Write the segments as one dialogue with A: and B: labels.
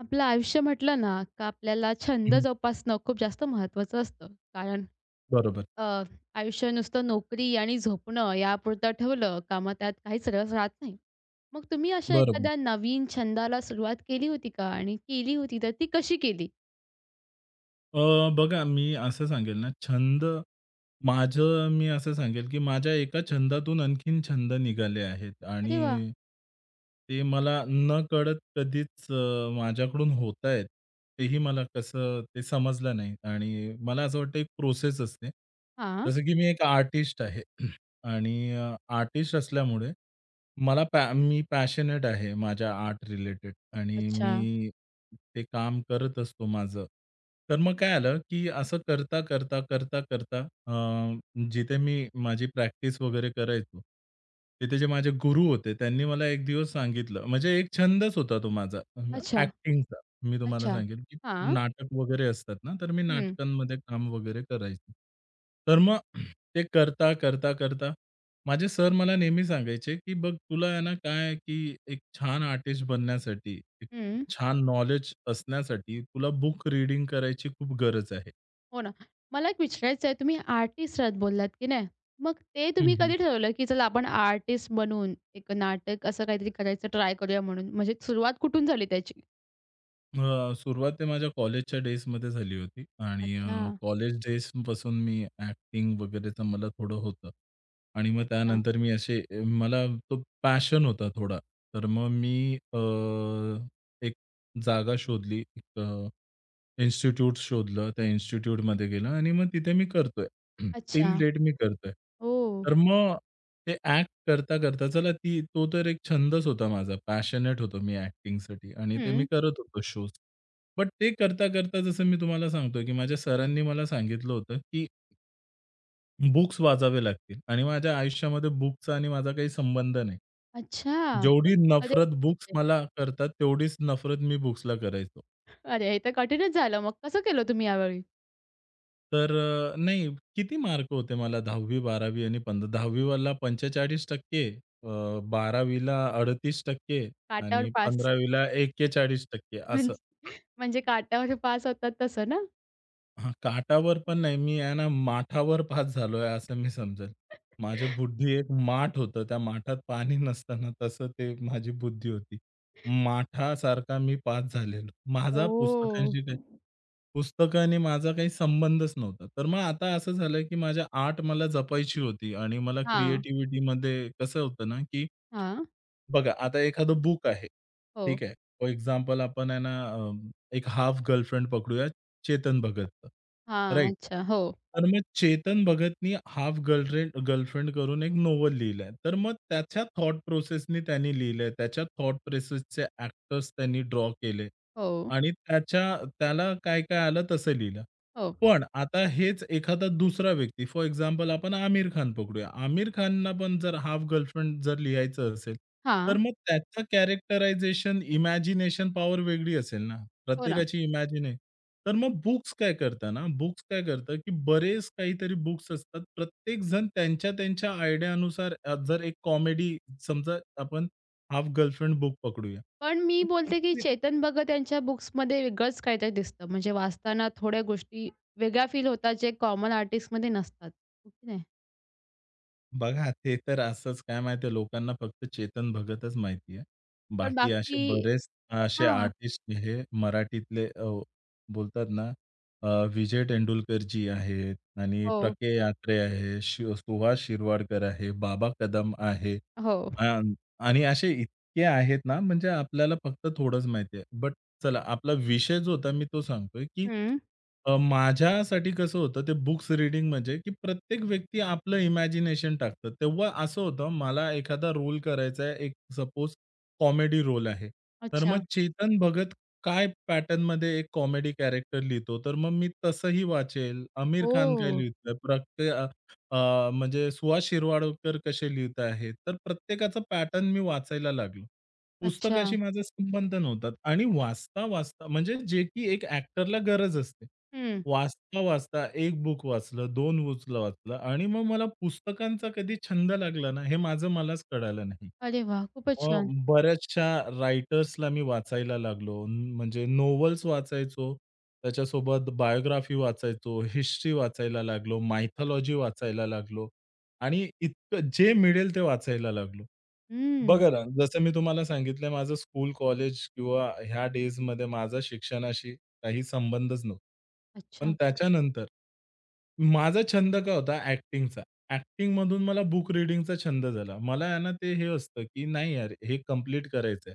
A: आपलं आयुष्य म्हटलं ना, का आपल्याला
B: हं,
A: छंद
B: हं.
A: जोपासणं खूप जास्त महत्त्वाचं असतं. कारण
B: बरोबर,
A: अ, आयुष्य नुसतं नोकरी आणि झोपणं यापुरतं ठेवलं का मग त्यात काहीच रस राहत नाही. मग तुम्ही अशा
B: बरोबर.
A: एखाद्या नवीन छंदाला सुरुवात केली होती का? आणि केली होती तर ती कशी केली?
B: अ, बघा, मी असं सांगेल ना, छंद मी असं सांगेल, की माझ्या एका छंदातून आणखीन छंद निघाले आहेत
A: अरे वाह!
B: आणि ते मला नकळत कधीच माझ्याकडून होत आहेत. तेही मला कसं ते समजलं नाही आणि मला असं वाटतं एक प्रोसेस असते.
A: हां.
B: जसं की मी एक आर्टिस्ट आहे. आणि आर्टिस्ट असल्यामुळे मला पॅ मी पॅशनेट आहे माझ्या आर्ट रिलेटेड आणि
A: अच्छा,
B: मी ते काम करत असतो माझं. तर मग काय आलं, की असं करता, करता, करता, करता अ, जिथे मी माझी प्रॅक्टिस वगैरे करायचो, तिथे जे माझे गुरु होते त्यांनी मला एक दिवस सांगितलं, म्हणजे एक छंदच होता तो माझा.
A: अच्छा, अच्छा.
B: मी तुम्हाला
A: अच्छा.
B: सांगेल,
A: हां.
B: नाटक वगैरे असतात ना, तर मी
A: हं.
B: नाटकांमध्ये काम वगैरे करायचो. तर मग ते करता, करता, करता माझे सर मला नेहमी सांगायचे, की "बघ, तुला आहे ना काय की एक छान आर्टिस्ट बनण्यासाठी, एक छान नॉलेज असण्यासाठी तुला बुक रीडिंग करायची खूप गरज आहे."
A: हो ना. मला एक विचारायचं आहे, तुम्ही आर्टिस्ट आहात बोललात, की नाही? मग ते तुम्ही कधी ठरवलं, की चला आपण आर्टिस्ट बनून एक नाटक असं काहीतरी करायचं ट्राय करूया म्हणून? म्हणजे सुरुवात कुठून झाली त्याची?
B: सुरुवात ते माझ्या कॉलेजच्या डेजमध्ये झाली होती आणि
A: अच्छा,
B: कॉलेज डेजपासून मी ॲक्टिंग वगैरेचं मला थोडं होतं आणि मग
A: अच्छा,
B: त्यानंतर मला तो पॅशन होता थोडा. तर मग मी अ, एक जागा शोधली, एक इन्स्टिट्यूट शोधलं. त्या इन्स्टिट्यूटमध्ये गेलं आणि मग तिथे मी करतोय. टिल
A: अच्छा.
B: डेट मी करतोय.
A: ओह!
B: तर मग ते ॲक्ट करता-करता, चला ती तो तर एक छंदच होता माझा. पॅशनेट होतो मी ॲक्टिंगसाठी आणि ते मी
A: हं.
B: करत होतो शोज. बट ते करता-करता जसं मी तुम्हाला सांगतोय, की माझ्या सरांनी मला सांगितलं होतं, की बुक्स वाचावे लागतील आणि माझ्या आयुष्यामध्ये बुक्सचा आणि माझा काही संबंध नाही.
A: अच्छा.
B: जेवढी
A: अरे
B: नफरत बुक्स
A: बापरे!
B: मला करतात, तेवढीच नफरत मी बुक्सला करायचो.
A: अरे, हे तर कठीणच झालं. मग कसं केलं तुम्ही यावेळी?
B: तर नाही, किती मार्क होते मला 10वी, 12वी आणि 10वीला 45% 12वीला 38%
A: काटावर
B: आणि
A: पास.
B: 15वीला 41% असं.
A: म्हणजे म्हणजे काटावर पास होतात तसं ना?
B: हां, काठावर पण नाही. मी आहे ना माठावर पास झालोय असं मी समजेल. माझ्या बुद्धी एक माठ होतं. त्या माठात पाणी नसताना तसं ते माझी बुद्धी होती. माठासारखा मी पास झालेलो. माझा
A: ओह!
B: पुस्तकांशी काही पुस्तकाने माझा काही संबंधच नव्हता. तर मग आता असं झालं, की माझ्या आर्ट मला जपायची होती आणि मला
A: हां,
B: क्रिएटिव्हिटीमध्ये कसं होतं ना, की
A: हां.
B: बघा, आता एखादं बुक आहे.
A: हो.
B: ठीक आहे. फॉर एक्झाम्पल आपण आहे ना, एक हाफ गर्लफ्रेंड पकडूया, चेतन भगतचं.
A: हां.
B: राइट.
A: अच्छा. हो,
B: तर मग चेतन भगतनी हाल्फ गर्लफ्रेंड गर्लफ्रेंड करून एक नोव्हेल लिहिलंय. तर मग त्याच्या थॉट प्रोसेसनी त्यांनी लिहिलंय. त्याच्या थॉट प्रोसेसचे ॲक्टर्स त्यांनी ड्रॉ केले
A: हो,
B: आणि त्याच्या त्याला काय-काय आलं तसं लिहिलं.
A: हो.
B: पण आता हेच एखादा दुसरा व्यक्ती, फॉर एक्झाम्पल आपण आमिर खान पकडूया. आमिर खानला पण जर हाफ गर्लफ्रेंड जर लिहायचं असेल, तर
A: हां.
B: मग त्याचं कॅरेक्टरायझेशन, इमॅजिनेशन पॉवर वेगळी असेल ना.
A: हो ना.
B: प्रत्येकाची इमॅजिने. तर मग बुक्स काय करतात ना, बुक्स काय करतात, की बरेच काहीतरी बुक्स असतात. प्रत्येकजण त्यांच्या-त्यांच्या आयडियानुसार जर एक कॉमेडी, समजा आपण हाल्फ गर्लफ्रेंड बुक पकडूया.
A: पण मी
B: तर
A: बोलते, की
B: प्रत्येक,
A: चेतन भगत यांच्या बुक्समध्ये वेगळंच काहीतरी दिसतं. म्हणजे वाचताना थोड्या गोष्टी वेगळ्या फील होतात, जे कॉमन आर्टिस्टमध्ये नसतात. हो की नाही?
B: बघा, ते तर असंच काय माहिती लोकांना, फक्त चेतन भगतच माहिती आहे.
A: पण
B: बाकी असे
A: बाकी.
B: बरेच असे
A: हां.
B: आर्टिस्ट हे मराठीतले बोलतात ना, विजय तेंडुलकरजी आहेत आणि
A: हो,
B: यात्रे आहे, सुहास शिरवाडकर आहे, बाबा कदम आहे.
A: हो.
B: अ, आणि असे इतके आहेत ना, म्हणजे आपल्याला फक्त थोडंच माहिती आहे. बट चला, आपला विषय जो होता मी तो सांगतोय, की
A: हं.
B: माझ्यासाठी कसं होतं ते बुक्स रीडिंग म्हणजे, की प्रत्येक व्यक्ती आपलं इमॅजिनेशन टाकतं. तेव्हा असं होतं, मला एखादा रोल करायचा आहे, एक सपोज कॉमेडी रोल आहे. तर मग
A: अच्छा.
B: चेतन भगत काय पॅटर्नमध्ये एक कॉमेडी कॅरेक्टर लिहितो, तर मग मी तसंही वाचेल. आमिर खान काय
A: ओह!
B: लिहितोय, म्हणजे सुहास शिरवाडकर कसे लिहीत आहेत. तर प्रत्येकाचा पॅटर्न मी वाचायला लागलो.
A: अच्छा.
B: पुस्तकाशी माझा संबंध नव्हता आणि वाचता-वाचता म्हणजे जे की एक ॲक्टरला गरज असते.
A: हं.
B: वाचता-वाचता एक बुक वाचलं, दोन बुकला वाचलं आणि मग मला पुस्तकांचा कधी छंद लागला ना, हे माझं मलाच कळालं नाही.
A: अरे वाह! खूपच
B: अ,
A: छान.
B: बऱ्याचशा रायटर्सला मी वाचायला लागलो. म्हणजे नोव्हेल्स वाचायचो, त्याच्यासोबत बायोग्राफी वाचायचो, हिस्ट्री वाचायला लागलो, मायथॉलॉजी वाचायला लागलो आणि इतकं जे मिळेल ते वाचायला लागलो.
A: हं.
B: बघा ना, जसं मी तुम्हाला सांगितलं, माझं स्कूल, कॉलेज किंवा ह्या डेजमध्ये माझा शिक्षणाशी काही संबंधच नव्हता. पण
A: अच्छा.
B: त्याच्यानंतर माझा छंद काय होता, ॲक्टिंगचा. ॲक्टिंगमधून मला बुक रीडिंगचा छंद झाला. मला आहे ना ते हे असतं, की नाही यार हे कंप्लीट करायचंय.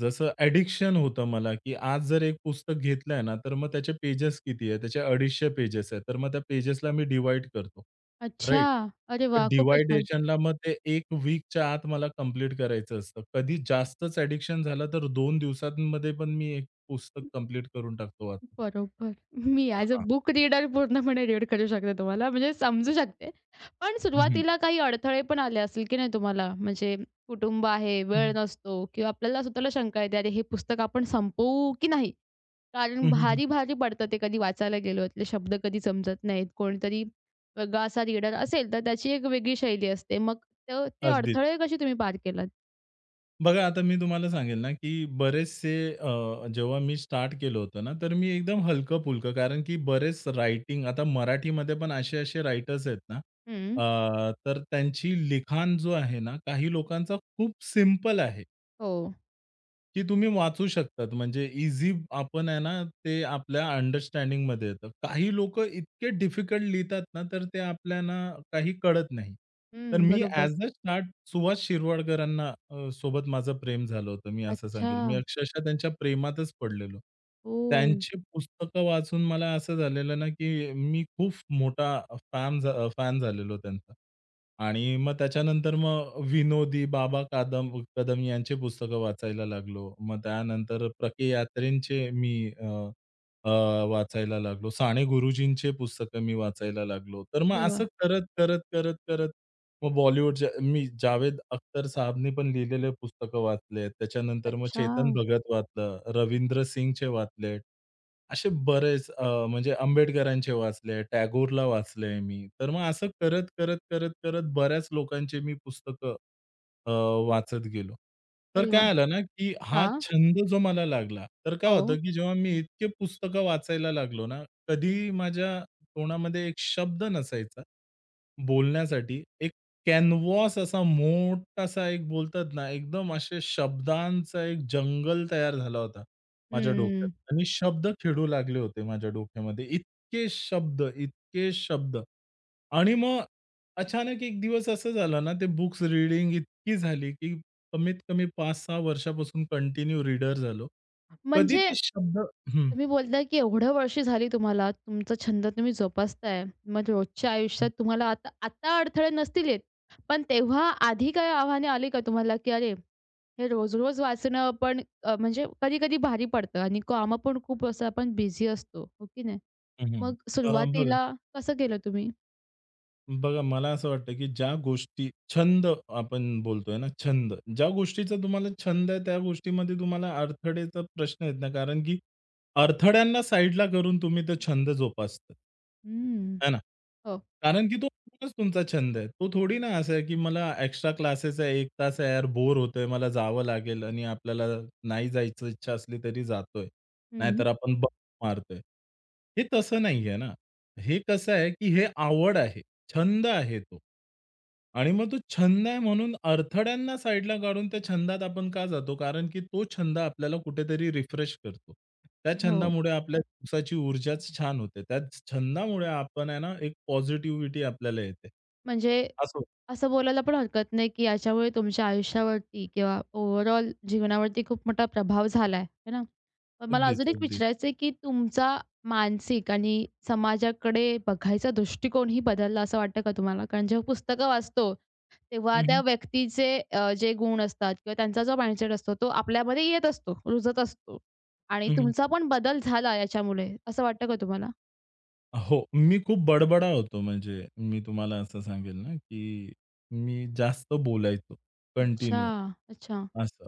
B: जसं ॲडिक्शन होतं मला, की आज जर एक पुस्तक घेतलंय ना, तर मग त्याचे पेजेस किती आहे? त्याचे 250 पेजेस आहेत. तर मग त्या पेजेसला मी डिव्हाईड करतो.
A: अच्छा.
B: राइट?
A: अरे वाह! खूपच छान.
B: डिव्हायडेशनला मग ते एक वीकच्या आत मला कंप्लीट करायचं असतं. कधी जास्तच ॲडिक्शन झालं, तर 2 दिवसांमध्ये पण मी एक पुस्तक कंप्लीट करून टाकतो वाचून.
A: बरोबर. मी ॲज अ
B: हां.
A: बुक रीडर पूर्णपणे रीड करू शकते तुम्हाला, म्हणजे समजू शकते. पण
B: हं.
A: सुरुवातीला काही अडथळे पण आले असतील की नाही तुम्हाला? म्हणजे कुटुंब आहे, वेळ
B: हं.
A: नसतो किंवा आपल्याला स्वतःला शंका येते, "अरे, हे पुस्तक आपण संपवू की नाही?" कारण
B: हं, हं, हं.
A: भारी-भारी पडतं ते कधी वाचायला गेलो, त्यातले शब्द कधी समजत नाहीत. कोणीतरी वेगळा असा रीडर असेल, तर त्याची एक वेगळी शैली असते. मग तर ते
B: अगदीच.
A: अडथळे कसे तुम्ही पार केलात?
B: बघा, आता मी तुम्हाला सांगेल ना, की बरेचसे जेव्हा मी स्टार्ट केलं होतं ना, तर मी एकदम हलकं-फुलकं, कारण की बरेच रायटिंग आता मराठीमध्ये पण असे-असे रायटर्स आहेत ना,
A: हं.
B: तर त्यांची लिखाण जो आहे ना, काही लोकांचा खूप सिंपल आहे.
A: हो.
B: की तुम्ही वाचू शकतात. म्हणजे इझी आपण आहे ना, ते आपल्या अंडरस्टँडिंगमध्ये येतं. काही लोक इतके डिफिकल्ट लिहितात ना, तर ते आपल्याला काही कळत नाही. तर
A: हं,
B: मी
A: बरोबर.
B: ॲज अ स्टार्ट सुहास शिरवाडकरांना सोबत माझं प्रेम झालं होतं. मी असं
A: अच्छा.
B: सांगेल. मी अक्षरशः त्यांच्या प्रेमातच पडलेलो.
A: ओह!
B: त्यांची पुस्तकं वाचून मला असं झालेलं ना, की मी खूप मोठा फॅन फॅन झालेलो त्यांचा. आणि मग त्याच्यानंतर मग विनोदी बाबा कदम यांचे पुस्तकं वाचायला लागलो. मग त्यानंतर प्र. के. यात्रेंचे मी अ, अ, वाचायला लागलो. साने गुरुजींचे पुस्तकं मी वाचायला लागलो. तर मग
A: अरे
B: असं
A: वाह!
B: करत, करत, करत, करत मग बॉलिवूडच्या मी जावेद अख्तर साहबने पण लिहिलेले पुस्तकं वाचले. त्याच्यानंतर मग
A: अच्छा.
B: चेतन भगत वाचलं, रवींद्र सिंगचे वाचले. असे बरेच, म्हणजे आंबेडकरांचे वाचले, टॅगोरला वाचलंय मी. तर मग असं करत, करत, करत, करत बऱ्याच लोकांचे मी पुस्तकं अ, वाचत गेलो. तर
A: अरे वाह!
B: काय आलं ना, की हा
A: हां.
B: छंद जो मला लागला, तर काय
A: हो.
B: होतं, की जेव्हा मी इतके पुस्तकं वाचायला लागलो ना, कधी माझ्या तोंडामध्ये एक शब्द नसायचा. बोलण्यासाठी एक कॅनव्हास असा मोठासा एक बोलतात ना, एकदम असे शब्दांचा एक जंगल तयार झाला होता माझ्या डोक्यात
A: हं.
B: आणि शब्द खेळू लागले होते माझ्या डोक्यामध्ये. इतके शब्द, इतके शब्द आणि मग अचानक एक दिवस असं झालं ना, ते बुक्स रीडिंग इतकी झाली, की कमीत कमी 5-6 वर्षापासून कंटिन्यू रीडर झालो. कधी
A: म्हणजे
B: ते शब्द हं,
A: तुम्ही बोलताय, की एवढ्या वर्षी झाली तुम्हाला, तुमचा छंद तुम्ही जोपासताय. मग रोजच्या आयुष्यात तुम्हाला आता आता अडथळे नसतील येत. पण तेव्हा आधी काही आव्हाने आली का तुम्हाला, की अरे, हे रोज-रोज वाचणं पण म्हणजे कधी-कधी भारी पडतं आणि कामं पण खूप असं आपण बिझी असतो, हो की नाही?
B: हं, हं.
A: मग
B: बघा
A: सुरुवातीला कसं केलं तुम्ही?
B: बघा, मला असं वाटतं, की ज्या गोष्टी छंद आपण बोलतोय ना, छंद. ज्या गोष्टीचा तुम्हाला छंद आहे, त्या गोष्टीमध्ये तुम्हाला अडथळेचा प्रश्न येत नाही. कारण की अडथळ्यांना साईडला करून तुम्ही तो छंद जोपासता.
A: हं.
B: है ना?
A: हो.
B: कारण की तो खरंच तुमचा छंद आहे. तो थोडी ना असा आहे, की मला एक्स्ट्रा क्लासेस आहे, 1 तास आहे, यार बोर होतोय, मला जावं लागेल आणि आपल्याला नाही जायची इच्छा असली तरी जातोय.
A: हं.
B: नाहीतर आपण बंक मारतोय. हे तसं नाहीये ना. हे कसं आहे, की हे आवड आहे. छंद आहे तो. आणि मग तो छंद आहे म्हणून अडथळ्यांना साइडला काढून त्या छंदात आपण का जातो? कारण की तो छंद आपल्याला कुठेतरी रिफ्रेश करतो. त्या
A: हो.
B: छंदामुळे आपल्या दिवसाची ऊर्जाच छान होते. त्या छंदामुळे आपण आहे ना, एक पॉझिटिव्हिटी आपल्याला येते.
A: म्हणजे
B: असो.
A: असं बोलायला पण हरकत नाही, की याच्यामुळे तुमच्या आयुष्यावरती किंवा ओव्हरऑल जीवनावरती खूप मोठा प्रभाव झालाय, है ना? पण मला
B: अगदीच,
A: अजून एक
B: अगदीच.
A: विचारायचं आहे, की तुमचा मानसिक आणि समाजाकडे बघायचा दृष्टिकोनही बदलला असं वाटतं का तुम्हाला? कारण जेव्हा पुस्तकं वाचतो, तेव्हा
B: हं,
A: त्या
B: हं.
A: व्यक्तीचे जे गुण असतात किंवा त्यांचा जो माइंडसेट असतो, तो आपल्यामध्ये येत असतो, रुजत असतो आणि
B: हं, हं.
A: तुमचा पण बदल झाला याच्यामुळे असं वाटतं का तुम्हाला?
B: हो, मी खूप बडबडा होतो. म्हणजे मी तुम्हाला असं सांगेल ना, की मी जास्त बोलायचो
A: अच्छा,
B: कंटिन्यू
A: अच्छा.
B: असं.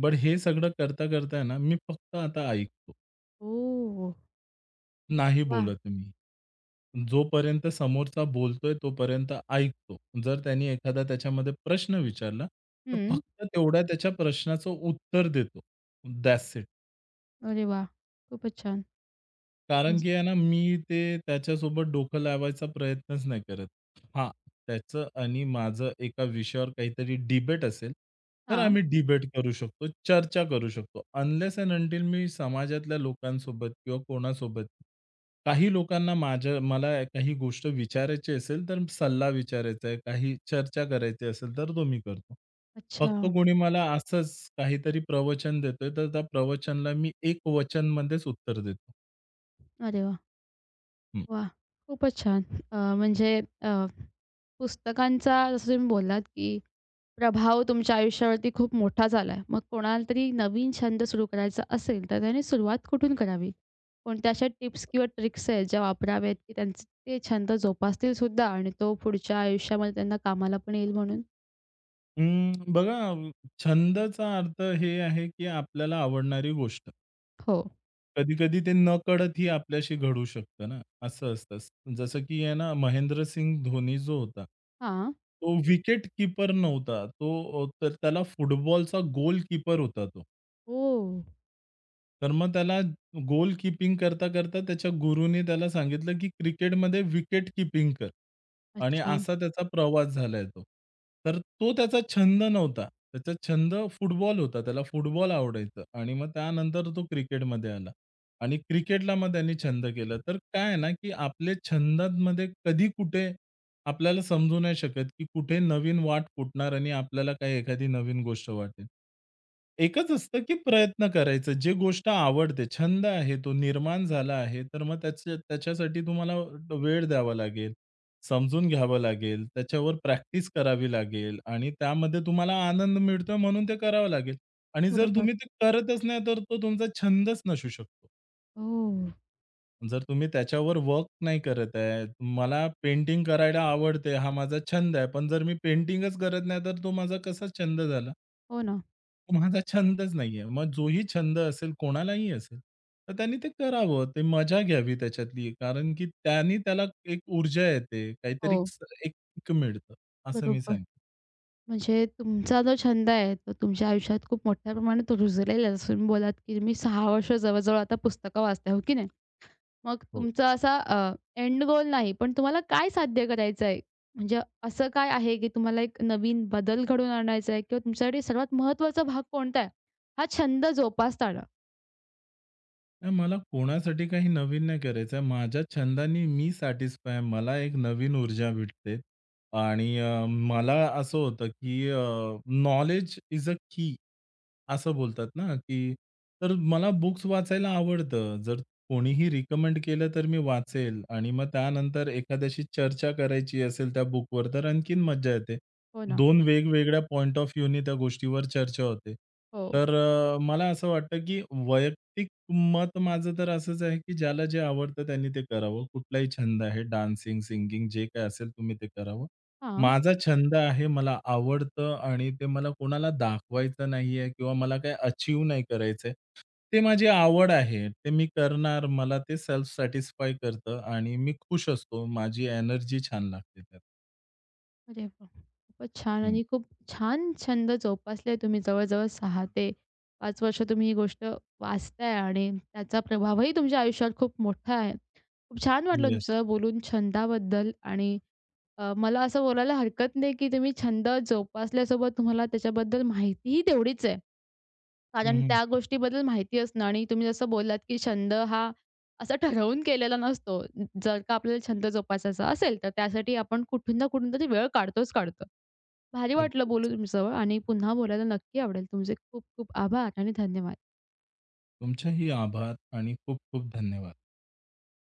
B: बट हे सगळं करता, करता आहे ना, मी फक्त आता ऐकतो.
A: ओह!
B: नाही
A: वाह!
B: बोलत मी. जोपर्यंत समोरचा बोलतोय तोपर्यंत ऐकतो. जर त्याने एखादा त्याच्यामध्ये प्रश्न विचारला, तर
A: हं.
B: फक्त तेवढ्या त्याच्या प्रश्नाचं उत्तर देतो. That's it.
A: अरे वाह! खूपच छान.
B: कारण
A: म्हणजे
B: की आहे ना, मी ते त्याच्यासोबत डोकं लावायचा प्रयत्नच नाही करत. हां, त्याचं आणि माझं एका विषयावर काहीतरी डिबेट असेल, तर
A: हां.
B: आम्ही डिबेट करू शकतो, चर्चा करू शकतो. अनलेस एंड अंटिल मी समाजातल्या लोकांसोबत किंवा कोणासोबत काही लोकांना माझ्या मला काही गोष्ट विचारायची असेल, तर सल्ला विचारायचा आहे, काही चर्चा करायची असेल, तर तो मी करतो.
A: अच्छा.
B: फक्त कोणी मला असंच काहीतरी प्रवचन देतोय, तर त्या प्रवचनाला मी एकवचनमध्येच उत्तर देतो.
A: अरे वाह! वाह! खूपच छान. म्हणजे अ, पुस्तकांचा जसं तुम्ही बोललात, की प्रभाव तुमच्या आयुष्यावरती खूप मोठा झाला आहे. मग कोणाला तरी नवीन छंद सुरू करायचा असेल, तर त्याने सुरुवात कुठून करावी? कोणत्या अशा टिप्स किंवा ट्रिक्स आहेत ज्या वापराव्यात, की त्यांचे ते छंद जोपासतील सुद्धा आणि तो पुढच्या आयुष्यामध्ये त्यांना कामाला पण येईल म्हणून?
B: बघा, छंदाचा अर्थ हे आहे, की आपल्याला आवडणारी गोष्ट.
A: हो.
B: कधी-कधी ते नकळतही आपल्याशी घडू शकतं ना, असं असतं. जसं की आहे ना, महेंद्र सिंग धोनी जो होता,
A: हां.
B: तो विकेट कीपर नव्हता. तो तर त्याला फुटबॉलचा गोलकीपर होता तो.
A: ओह!
B: तर मग त्याला गोल कीपिंग करता-करता त्याच्या गुरुने त्याला सांगितलं, की क्रिकेटमध्ये विकेट कीपिंग कर. आणि
A: अच्छा.
B: असा त्याचा प्रवास झालाय तो. तर तो त्याचा छंद नव्हता. त्याचा छंद फुटबॉल होता. त्याला फुटबॉल आवडायचं आणि मग त्यानंतर तो क्रिकेटमध्ये आला. आणि क्रिकेटला मग त्यांनी छंद केला. तर काय आहे ना, की आपले छंदांमध्ये कधी कुठे आपल्याला समजू नाही शकत, की कुठे नवीन वाट फुटणार आणि आपल्याला काही एखादी नवीन गोष्ट वाटेल. एकच असतं, की प्रयत्न करायचं. जे गोष्ट आवडते, छंद आहे तो, निर्माण झाला आहे, तर मग त्याच्या त्याच्यासाठी तुम्हाला वेळ द्यावा लागेल, समजून घ्यावं लागेल, त्याच्यावर प्रॅक्टिस करावी लागेल आणि त्यामध्ये तुम्हाला आनंद मिळतोय म्हणून ते करावं लागेल आणि जर
A: बरोबर.
B: तुम्ही ते करतच नाही, तर तो तुमचा छंदच नसू शकतो.
A: ओह!
B: जर तुम्ही त्याच्यावर वर्क नाही करत आहे, मला पेंटिंग करायला आवडते, हा माझा छंद आहे. पण जर मी पेंटिंगच करत नाही, तर तो माझा कसा छंद झाला?
A: हो ना.
B: तो माझा छंदच नाहीये. मग जोही छंद असेल, कोणालाही असेल, तर त्यांनी ते करावं. ते मजा घ्यावी त्याच्यातली, कारण की त्यानी त्याला एक ऊर्जा येते, काहीतरी
A: हो.
B: एक एक मिळतं, असं मी
A: बरोबर.
B: सांगेन.
A: म्हणजे तुमचा जो छंद आहे, तो तुमच्या आयुष्यात खूप मोठ्या प्रमाणात रुजलेला आहे. जसं तुम्ही बोललात, की मी 6 वर्ष जवळ आता पुस्तकं वाचते, हो की नाही? मग
B: हो.
A: तुमचा असा एंड गोल नाही, पण तुम्हाला काय साध्य करायचं आहे? म्हणजे असं काय आहे, की तुम्हाला एक नवीन बदल घडवून आणायचा आहे किंवा तुमच्यासाठी सर्वात महत्त्वाचा भाग कोणता आहे? हा छंद जोपासताना.
B: नाही, मला कोणासाठी काही नवीन नाही करायचं आहे. माझ्या छंदाने मी सॅटिस्फाय आहे. मला एक नवीन ऊर्जा भेटते आणि मला असं होतं, की नॉलेज इज अ की असं बोलतात ना, की तर मला बुक्स वाचायला आवडतं. जर कोणीही रिकमेंड केलं तर मी वाचेल आणि मग त्यानंतर एखाद्याशी चर्चा करायची असेल त्या बुकवर तर आणखीन मज्जा येते.
A: हो ना.
B: 2 वेगवेगळ्या पॉइंट ऑफ व्ह्यूनी त्या गोष्टीवर चर्चा होते.
A: हो.
B: तर मला असं वाटतं, की वैयक्तिक मत माझं तर असंच आहे, की ज्याला जे आवडतं त्यांनी ते करावं. कुठलाही छंद आहे, डान्सिंग, सिंगिंग जे काही असेल तुम्ही ते करावं.
A: हां.
B: माझा छंद आहे, मला आवडतं आणि ते मला कोणाला दाखवायचं नाहीये किंवा मला काही अचीव्ह नाही करायचंय. ते माझी आवड आहे. ते मी करणार. मला ते सेल्फ सॅटिस्फाय करतं आणि मी खुश असतो. माझी एनर्जी छान लागते त्यात.
A: अरे वाह! खूपच छान आणि खूप छान छंद जोपासलाय तुम्ही. जवळ-जवळ 6 ते 5 वर्ष तुम्ही ही गोष्ट वाचताय आणि त्याचा प्रभावही तुमच्या आयुष्यात खूप मोठा आहे. खूप छान वाटलं
B: येस.
A: तुमचं बोलून छंदाबद्दल आणि मला असं बोलायला हरकत नाही, की तुम्ही छंद जोपासल्यासोबत तुम्हाला त्याच्याबद्दल माहितीही तेवढीच आहे. कारण त्या गोष्टीबद्दल माहिती असणं आणि तुम्ही जसं बोललात, की छंद हा असा ठरवून केलेला नसतो. जर का आपल्याला छंद जोपासायचा असेल, तर त्यासाठी आपण कुठून ना कुठून तरी वेळ काढतोच काढतो. भारी वाटलं
B: अगदीच.
A: बोलून तुमच्यासोबत आणि पुन्हा बोलायला नक्की आवडेल. तुमचे खूप खूप आभार आणि धन्यवाद.
B: तुमचेही आभार आणि खूप खूप धन्यवाद.